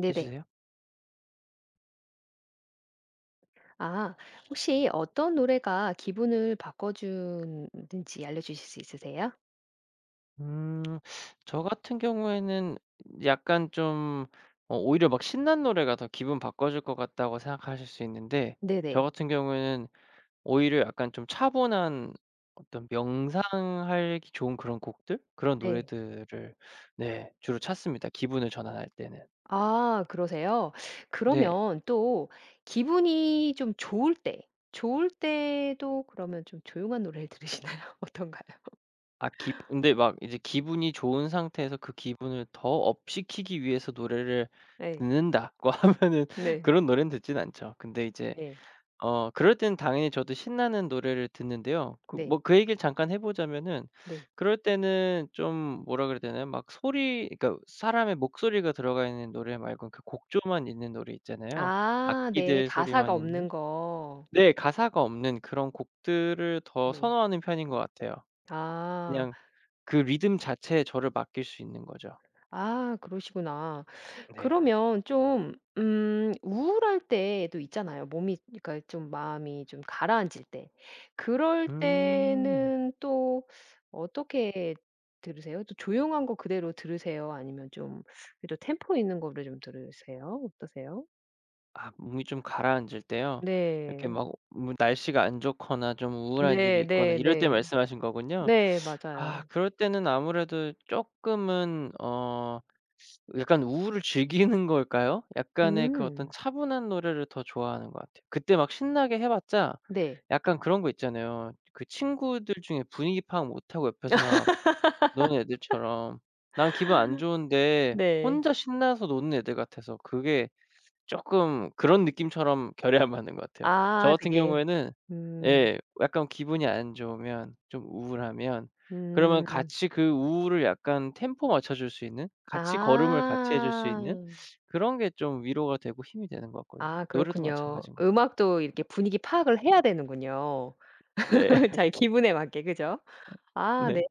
네네. 해주세요. 아, 혹시 어떤 노래가 기분을 바꿔주는지 알려주실 수 있으세요? 음. 저 같은 경우에는 약간 좀 오히려 막 신난 노래가 더 기분 바꿔 줄 것 같다고 생각하실 수 있는데, 저 네네. 같은 경우에는 오히려 약간 좀 차분한 어떤 명상하기 좋은 그런 곡들, 그런 네. 노래들을 네, 주로 찾습니다, 기분을 전환할 때는. 아, 그러세요? 네. 그러면 또 기분이 좀 좋을 때 좋을 때도 그러면 좀 조용한 노래를 들으시나요? 어떤가요? 아 기 근데 막 이제 기분이 좋은 상태에서 그 기분을 더 업시키기 위해서 노래를 네. 듣는다고 하면은 네. 그런 노래는 듣진 않죠. 근데 이제 네. 그럴 땐 당연히 저도 신나는 노래를 듣는데요. 그 뭐 네. 그 얘기를 잠깐 해 보자면은 네. 그럴 때는 좀 뭐라 그래야 되나요? 막 소리, 그러니까 사람의 목소리가 들어가 있는 노래 말고 그 곡조만 있는 노래 있잖아요. 아, 네. 악기들 소리만 가사가 있는. 없는 거. 네, 가사가 없는 그런 곡들을 더 네. 선호하는 편인 것 같아요. 아. 그냥 그 리듬 자체에 저를 맡길 수 있는 거죠. 아, 그러시구나. 네. 그러면 좀 우울할 때도 있잖아요. 몸이, 그러니까 좀 마음이 좀 가라앉을 때. 그럴 음. 때는 또 어떻게 들으세요? 또 조용한 거 그대로 들으세요? 아니면 좀 그래도 템포 있는 거를 좀 들으세요? 어떠세요? 아, 몸이 좀 가라앉을 때요? 이렇게 네. 막 뭐 날씨가 안 좋거나 좀 우울한 일이 네 있거나 네 이럴 때 네. 말씀하신 거군요. 네, 아, 맞아요. 그럴 때는 아무래도 조금은 약간 우울을 즐기는 걸까요? 약간의 그 어떤 음. 차분한 노래를 더 좋아하는 것 같아요. 그때 막 신나게 해 봤자 네. 약간 그런 거 있잖아요. 그 친구들 중에 분위기 파악 못하고 옆에서 막 노는 애들처럼, 난 기분 안 좋은데 네. 혼자 신나서 노는 애들 같아서 그게 쪼끔 그런 느낌처럼 결의하 맞는 것 같아요. 저 아, 같은 되게. 경우에는 음. 예, 약간 기분이 안 좋으면 좀 우울하면 그러면 음. 같이 그 우울을 약간 템포 맞춰 줄 수 있는, 같이 걸음을 같이 해줄 수 아. 있는 그런 게 좀 위로가 되고 힘이 되는 것 같거든요. 아, 노래도 그렇군요. 마찬가지인 것 같아요. 음악도 이렇게 분위기 파악을 해야 되는군요. 네. 자기 기분에 맞게, 그죠? 아, 네. 네.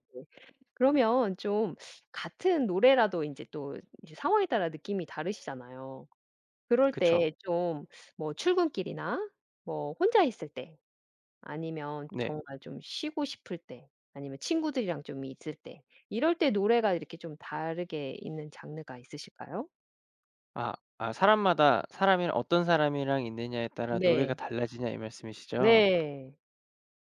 그러면 좀 같은 노래라도 인제 또 이제 상황에 따라 느낌이 다르시잖아요. 그럴 그쵸. 때 좀 뭐 출근길이나 뭐 혼자 있을 때, 아니면 네. 정말 좀 쉬고 싶을 때, 아니면 친구들이랑 좀 있을 때, 이럴 때 노래가 이렇게 좀 다르게 있는 장르가 있으실까요? 아 아, 사람마다, 사람이 어떤 사람이랑 있느냐에 따라 노래가 네. 달라지냐, 이 말씀이시죠? 네.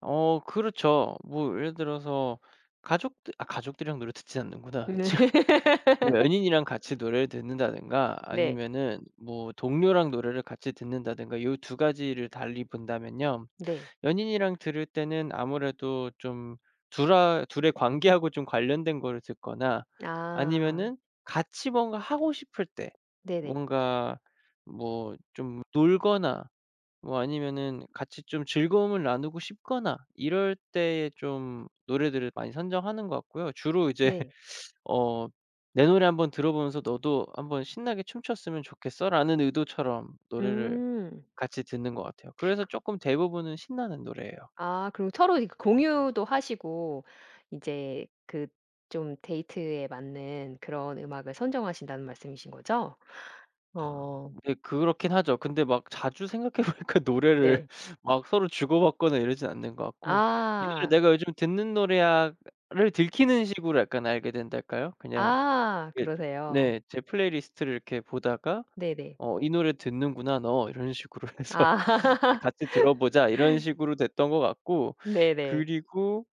그렇죠. 뭐 예를 들어서 가족들이랑 노래 듣지 않는구나. 네. 뭐 연인이랑 같이 노래를 듣는다든가 네. 아니면은 뭐 동료랑 노래를 같이 듣는다든가, 요 두 가지를 달리 본다면요. 네. 연인이랑 들을 때는 아무래도 좀 둘아 둘의 관계하고 좀 관련된 거를 듣거나 아, 아니면은 같이 뭔가 하고 싶을 때, 네네. 뭔가 뭐 좀 놀거나 뭐 아니면은 같이 좀 즐거움을 나누고 싶거나, 이럴 때에 좀 노래들을 많이 선정하는 것 같고요. 주로 이제 네. 어 "내 노래 한번 들어 보면서 너도 한번 신나게 춤췄으면 좋겠어."라는 의도처럼 노래를 음. 같이 듣는 것 같아요. 그래서 조금 대부분은 신나는 노래예요. 아, 그리고 서로 이렇게 공유도 하시고 이제 그, 좀 데이트에 맞는 그런 음악을 선정하신다는 말씀이신 거죠? 어, 네, 그렇긴 하죠. 근데 막 자주 생각해 보니까 노래를 네. 막 서로 주고받거나 이러진 않는 것 같고, '이 노래 아. 내가 요즘 듣는 노래야.'를 들키는 식으로 약간 알게 된달까요? 그냥 아, 예. 그러세요. 네. 제 플레이리스트를 이렇게 보다가 네네. '어 이 노래 듣는구나 너.' 이런 식으로 해서 아 "같이 들어보자." 이런 식으로 됐던 것 같고, 네네. 그리고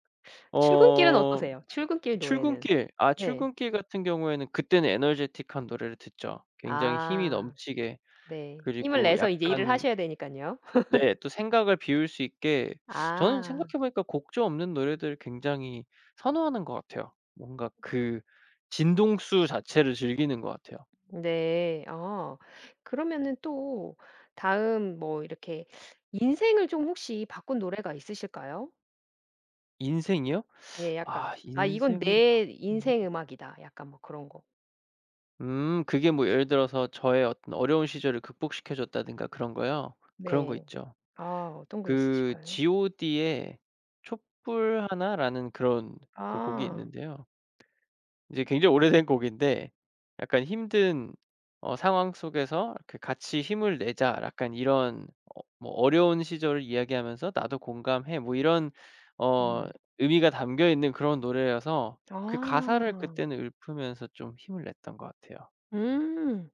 출근길은 어 어떠세요? 출근길 노래는? 출근길, 네. 출근길 같은 경우에는 그때는 에너제틱한 노래를 듣죠. 굉장히 힘이 아, 넘치게. 네. 힘을 그리고 내서 이제 일을 약간 하셔야 되니깐요. 네, 또 생각을 비울 수 있게. 저는 아. 생각해 보니까 곡조 없는 노래들을 굉장히 선호하는 것 같아요. 뭔가 그 진동수 자체를 즐기는 것 같아요. 네. 아, 그러면은 또 다음 뭐 이렇게 인생을 좀 혹시 바꾼 노래가 있으실까요? 인생이요? 예, 아, 약간 '아, 이건 인생을 내 바꾼. 인생 음악이다.' 약간 뭐 그런 거. 음, 그게 뭐 예를 들어서 저의 어떤 어려운 시절을 극복시켜 줬다든가 그런 거요? 그런 거 네. 있죠. 아, 어떤 거 그 있으실까요? G.O.D의 촛불 하나라는 그런 그 곡이 아. 있는데요. 이제 굉장히 오래된 곡인데 약간 힘든 상황 속에서 이렇게 '같이 힘을 내자.' 약간 이런, 뭐 어려운 시절을 이야기하면서 '나도 공감해.' 뭐 이런 어 음. 의미가 담겨 있는 그런 노래여서 그 아. 가사를 그때는 읊으면서 좀 힘을 냈던 것 같아요. 음.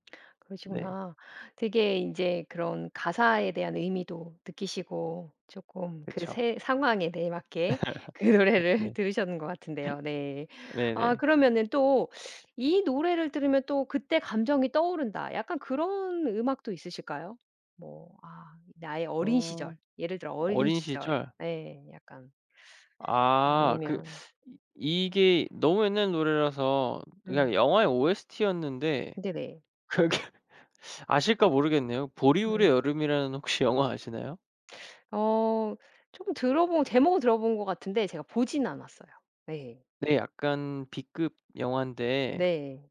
네. 그러시구나. 되게 이제 그런 가사에 대한 의미도 느끼시고 조금 그 그쵸. 세, 상황에 네 맞게 그 노래를 네. 들으셨는 것 같은데요. 네. 아, 네네. 그러면은 또 '이 노래를 들으면 또 그때 감정이 떠오른다.' 약간 그런 음악도 있으실까요? 뭐, 아 나의 어린 어, 시절, 예를 들어 어린 어린 시절. 시절? 네. 약간. 아 그 아니면. 이 이게 너무 옛날 노래라서 그냥 음. 영화의 OST였는데, 네네. 그게 아실까 모르겠네요. 보리울의 음. 여름이라는, 혹시 영화 아시나요? 어, 좀 들어본, 제목은 들어본 것 같은데 제가 보진 않았어요. 네. 네, 약간 B급 영화인데 네.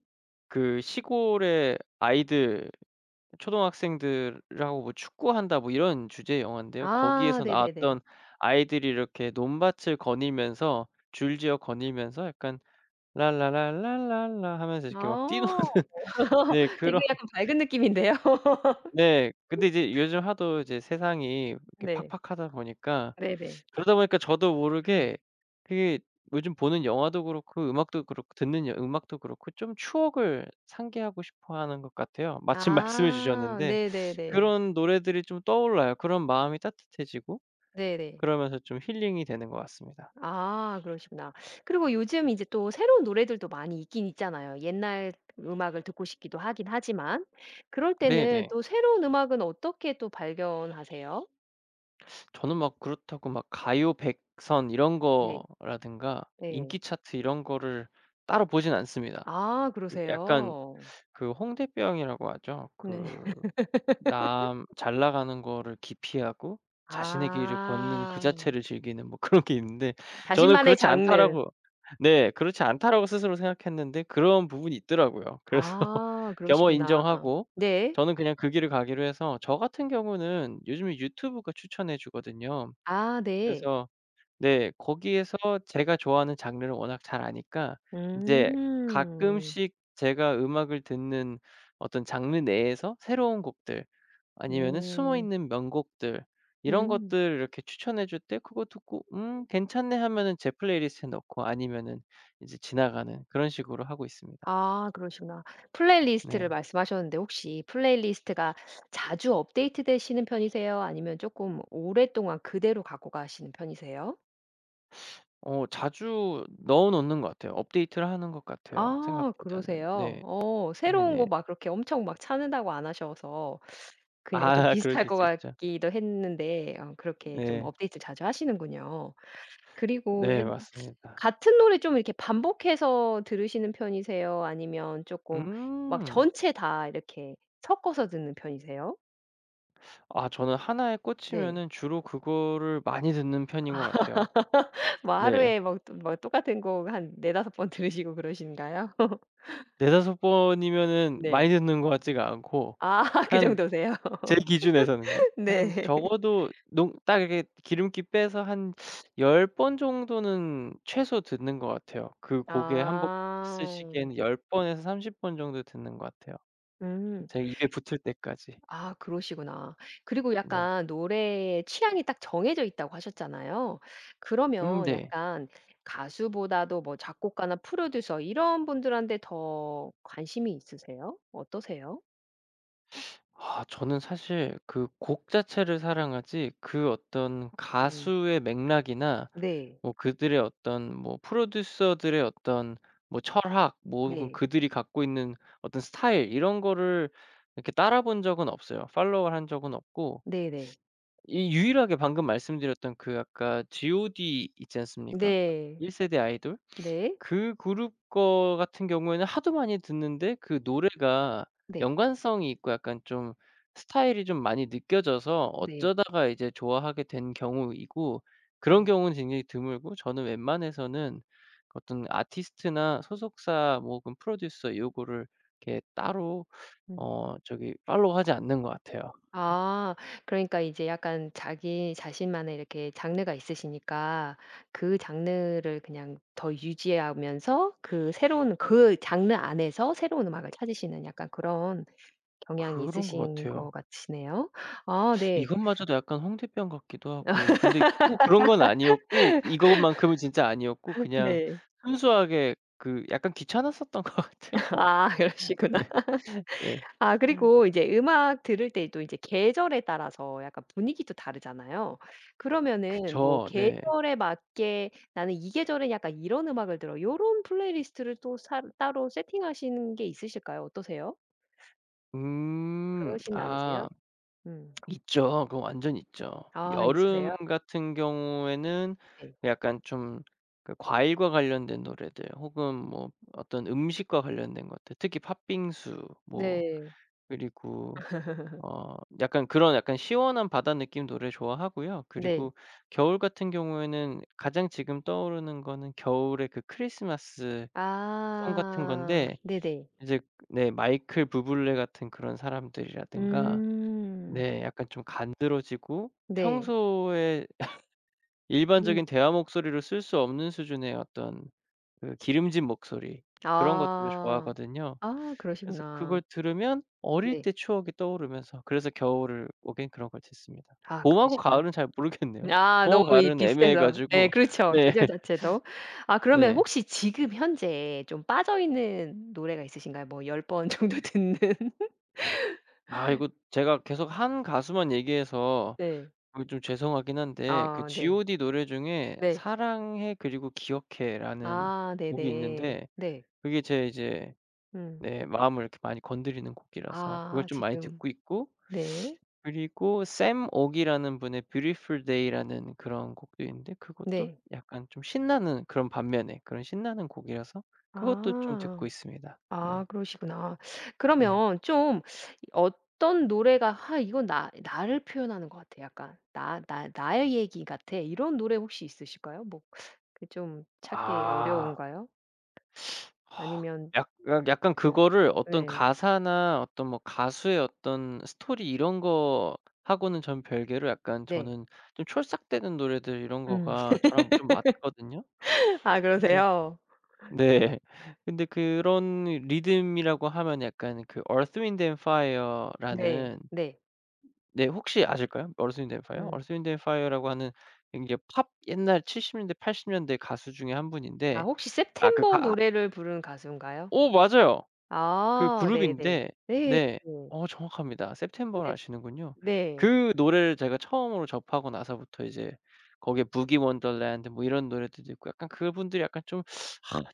그 시골의 아이들, 초등학생들하고 뭐 축구한다 뭐 이런 주제의 영화인데요. 아, 거기에서 나왔던 네네네. 아이들이 이렇게 논밭을 거닐면서, 줄지어 거닐면서 약간 랄라랄랄랄라 하면서 이렇게 막 뛰노는. 아. 네, 되게 그런. 약간 밝은 느낌인데요. 네, 근데 이제 요즘 하도 이제 세상이 이렇게 네. 팍팍하다 보니까, 네네. 그러다 보니까 저도 모르게 음. 그게 요즘 보는 영화도 그렇고 음악도 그렇고 듣는 여 음악도 그렇고 좀 추억을 상기하고 싶어 하는 것 같아요. 마침 말씀해 아, 주셨는데 네네네. 그런 노래들이 좀 떠올라요. 그런 마음이 따뜻해지고 네네. 그러면서 좀 힐링이 되는 것 같습니다. 아, 그러시구나. 그리고 요즘 이제 또 새로운 노래들도 많이 있긴 있잖아요. 옛날 음악을 듣고 싶기도 하긴 하지만 그럴 때는 네네. 또 새로운 음악은 어떻게 또 발견하세요? 저는 막 그렇다고 막 가요 백선 이런 네. 거라든가 네. 인기 차트 이런 거를 따로 보진 않습니다. 아, 그 약간 그러세요? 그 홍대병이라고 하죠. 네. 그 남 잘 나가는 거를 기피하고 자신의 길을 걷는 그 아. 자체를 즐기는 뭐 그런 게 있는데, 저는 자신만의 그렇지 장르. 않다라고 네, 그렇지 않다라고 스스로 생각했는데 그런 부분이 있더라고요. 그래서 아, 겸허 그러시구나. 인정하고 네. 저는 그냥 그 길을 가기로 해서, 저 같은 경우는 요즘에 유튜브가 추천해 주거든요. 아, 네. 그래서 네, 거기에서 제가 좋아하는 장르를 워낙 잘 아니까 이제 음. 가끔씩 제가 음악을 듣는 어떤 장르 내에서 새로운 곡들 아니면은 숨어 음. 있는 명곡들, 이런 음. 것들을 이렇게 추천해 줄 때 그거 듣고 '음 괜찮네.' 하면은 제 플레이리스트에 넣고 아니면은 이제 지나가는 그런 식으로 하고 있습니다. 아, 그러시구나. 플레이리스트를 네. 말씀하셨는데, 혹시 플레이리스트가 자주 업데이트 되시는 편이세요? 아니면 조금 오랫동안 그대로 갖고 가시는 편이세요? 자주 넣어 놓는 것 같아요. 업데이트를 하는 것 같아요, 아, 생각보다는. 그러세요? 네. 어, 새로운 거 네네. 막 그렇게 엄청 막 찾는다고 안 하셔서 아 그냥 좀 비슷할 그러실 것 수 있죠. 같기도 했는데 어, 그렇게 좀 네. 업데이트를 자주 하시는군요. 그리고 네, 옛, 맞습니다. 같은 노래 좀 이렇게 반복해서 들으시는 편이세요? 아니면 쪼끔 막 음. 전체 다 이렇게 섞어서 듣는 편이세요? 아, 저는 하나에 네. 꽂히면은 주로 그거를 많이 듣는 편인 것 같아요. 뭐 네. 하루에 막 또 뭐 똑같은 곡 한 4-5번 들으시고 그러신가요? 네다섯 번이면은 많이 네. 듣는 것 같지가 않고 아, 그 한, 정도세요? 제 기준에서는요. 한 네. 적어도 농 딱 이렇게 기름기 빼서 한 10번 정도는 최소 듣는 것 같아요. 그 곡에 1번 꽂혔을 아. 시기에는 열 번에서 30번 정도 듣는 것 같아요. 음. 제 입에 붙을 때까지. 아, 그러시구나. 그리고 네. 약간 노래의 취향이 딱 정해져 있다고 하셨잖아요. 음, 그러면 네. 약간 가수보다도 뭐 작곡가나 프로듀서 이런 분들한테 더 관심이 있으세요? 어떠세요? 아, 저는 사실 그 곡 자체를 사랑하지 그 어떤 음. 가수의 맥락이나 네. 뭐 그들의 어떤 뭐 프로듀서들의 어떤 뭐 철학 뭐 혹은 네. 그들이 갖고 있는 어떤 스타일 이런 거를 이렇게 따라 본 적은 없어요. 팔로우를 한 적은 없고 네네. 이 유일하게 방금 말씀드렸던 그 아까 GOD 있지 않습니까? 네. 1세대 아이돌? 네. 그 그룹 거 같은 경우에는 하도 많이 듣는데 그 노래가 네. 연관성이 있고 약간 좀 스타일이 좀 많이 느껴져서 네. 어쩌다가 이제 좋아하게 된 경우이고 그런 네. 경우는 굉장히 드물고, 저는 웬만해서는 어떤 아티스트나 소속사 뭐 혹은 프로듀서 요거를 이렇게 따로 네. 저기 팔로우하지 않는 것 같아요. 아. 그러니까 이제 약간 자기 자신만의 이렇게 장르가 있으시니까 그 장르를 그냥 더 유지하면서 그 새로운 장르 안에서 새로운 음악을 찾으시는, 약간 그런 경향이 그런 것 있으신 같아요. 것 같으시네요. 아, 네. 이것마저도 약간 홍대병 같기도 하고, 근데 꼭 그런 건 아니었고 이것만큼은 진짜 아니었고 그냥 네. 순수하게 그 약간 귀찮았었던 것 같아요. 아, 그러시구나. 네. 네, 아, 그리고 이제 음악 들을 때도 이제 계절에 따라서 약간 분위기도 다르잖아요. 그러면은 뭐 그쵸. 네. 계절에 맞게 '나는 이 계절엔 약간 이런 음악을 들어.' 요런 플레이리스트를 또 사 따로 세팅하시는 게 있으실까요? 어떠세요? 음. 그러진 아, 않으세요? 음. 있죠. 그거 완전 있죠. 아, 여름 있으세요? 같은 경우에는 네. 약간 좀 그 과일과 관련된 노래들 혹은 뭐 어떤 음식과 관련된 것들, 특히 팥빙수 뭐. 네. 그리고 약간 그런 약간 시원한 바다 느낌 노래 좋아하고요. 네. 그리고 겨울 같은 경우에는 가장 지금 떠오르는 거는 겨울의 그 크리스마스 송 같은 아. 건데, 네네. 이제 네, 마이클 부블레 같은 그런 사람들이라든가 음. 네, 약간 좀 간드러지고 네. 평소에 일반적인 음. 대화 목소리로 쓸 수 없는 수준의 어떤 그 기름진 목소리, 그런 것들을 아. 좋아하거든요. 아, 그래서 그걸 그러시구나. 들으면 어릴 네. 때 추억이 떠오르면서, 그래서 겨울을 오긴 그런 걸 듣습니다. 아, 봄하고 그러시구나. 가을은 잘 모르겠네요. 아, 봄하고 너무 이 가을은 애매해 비슷해서. 예, 가지고 그렇죠. 네. 계절 자체도. 아, 그러면 네. 혹시 지금 현재 좀 빠져 있는 노래가 있으신가요? 뭐 열 번 정도 듣는. 아 이거 제가 계속 한 가수만 얘기해서 네. 그게 좀 죄송하긴 한데, 그 아, 네. G.O.D 노래 중에 네. 사랑해 그리고 기억해라는 아, 네네. 곡이 네. 있는데, 네. 그게 제 이제 음. 네, 마음을 이렇게 많이 건드리는 곡이라서 그걸 아, 좀 많이 지금. 듣고 있고, 네. 그리고 샘 옥이라는 분의 Beautiful Day라는 그런 곡도 있는데 그것도 네. 약간 좀 신나는, 그런 반면에 그런 신나는 곡이라서 그것도 좀 듣고 아. 있습니다. 네. 아, 그러시구나. 네. 그러면 좀 어떤 노래가 '아, 이건 나 나를 표현하는 것 같아.' 약간 '나 나 나의 얘기 같아.' 이런 노래 혹시 있으실까요? 뭐 그 좀 찾기 아. 어려운가요? 허. 아니면. 약간 약간 예. 그거를 어떤 네. 가사나 어떤 뭐 가수의 어떤 스토리 이런 거하고는 전 별개로 약간 네. 저는 좀 촐싹대는 노래들 이런 음. 거가 저랑 좀 맞거든요. 아, 근데 그러세요? 네. 근데 그런 리듬이라고 하면 약간 그 Earth, Wind and 네. Fire라는 네. 네, 혹시 아실까요? Earth, Wind and Fire? 음. Earth, Wind and Fire라고 하는 이게 팝 옛날 70년대 80년대 가수 중에 한 아, 분인데. 혹시 아 그 September 가 노래를 부른 가수인가요? 어, 맞아요. 그 아, 네네. 그룹인데 네. 네. 네. 어, 정확합니다. September를 네. 아시는군요. 네. 그 노래를 제가 처음으로 접하고 나서부터 이제 거기에 Boogie Wonderland 뭐 이런 노래들도 있고 약간 그분들이 약간 좀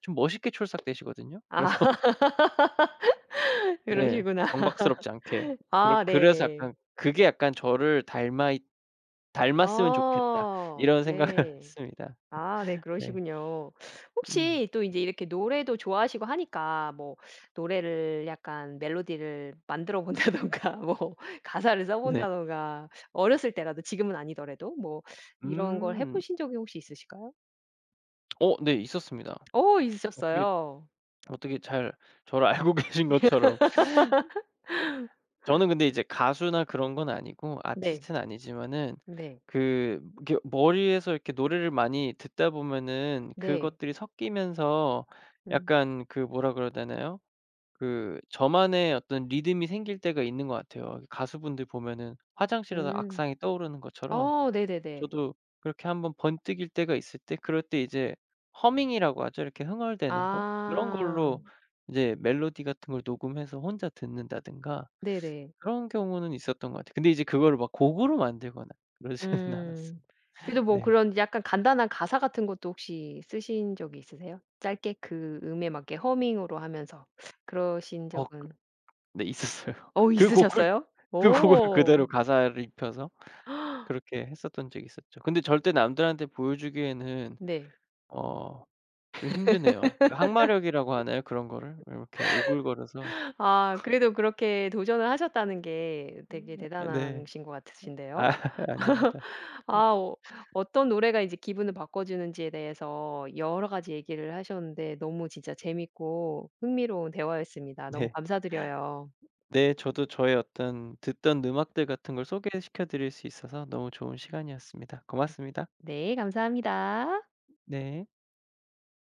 좀 멋있게 출석되시거든요. 그래서 아 네. 그러시구나. 경박스럽지 않게. 그렇 아, 그래서 네. 약간 그게 약간 저를 닮아 있 '닮았으면 좋겠다.' 아, 이런 생각을 네. 했습니다. 아, 네, 네. 그러시군요. 음. 혹시 또 이제 이렇게 노래도 좋아하시고 하니까 뭐 노래를 약간 멜로디를 만들어 본다던가 뭐 가사를 써본 네. 다던가 어렸을 때라도, 지금은 아니더라도 뭐 이런 걸 해 음. 보신 적이 혹시 있으실까요? 네, 있었습니다. 오, 어떻게, 있으셨어요. 어떻게 잘 저를 알고 계신 것처럼. 저는 근데 이제 가수나 그런 건 아니고 네. 아티스트는 아니지만은, 네. 그 이렇게 머리에서 이렇게 노래를 많이 듣다 보면은 네. 그것들이 섞이면서 음. 약간 그 뭐라 그래야 되나요? 그 저만의 어떤 리듬이 생길 때가 있는 것 같아요. 가수분들 보면은 화장실에서 음. 악상이 떠오르는 것처럼 어 네네네. 저도 그렇게 한번 번뜩일 때가 있을 때, 그럴 때 이제 허밍이라고 하죠. 이렇게 흥얼대는 거, 그런 아. 걸로 이제 멜로디 같은 걸 녹음해서 혼자 듣는다든가, 네네. 그런 경우는 있었던 것 같아요. 근데 이제 그거를 막 곡으로 만들거나 그러지는 않았어요. 음. 그래도 뭐 네. 그런 약간 간단한 가사 같은 것도 혹시 쓰신 적이 있으세요? 짧게 그 음에 맞게 허밍으로 하면서 그러신 어 적은. 네, 있었어요. 어 그 곡을 있으셨어요? 그 곡을 그대로 오. 가사를 입혀서 그렇게 했었던 적이 있었죠. 근데 절대 남들한테 보여주기에는 네. 어 좀 힘드네요. 그 항마력이라고 하나요? 그런 거를? 이렇게 오글거려서. 아, 그래도 그렇게 도전을 하셨다는 게 음. 되게 네. 대단하신 것 아 같으신데요. 아닙니다. 아. 어. 어떤 노래가 이제 기분을 바꿔 주는지에 대해서 여러 가지 얘기를 하셨는데 너무 진짜 재밌고 흥미로운 대화였습니다. 너무 네. 감사드려요. 네, 저도 저의 어떤 듣던 음악들 같은 걸 소개시켜 드릴 수 있어서 너무 좋은 시간이었습니다. 고맙습니다. 네, 감사합니다. 네.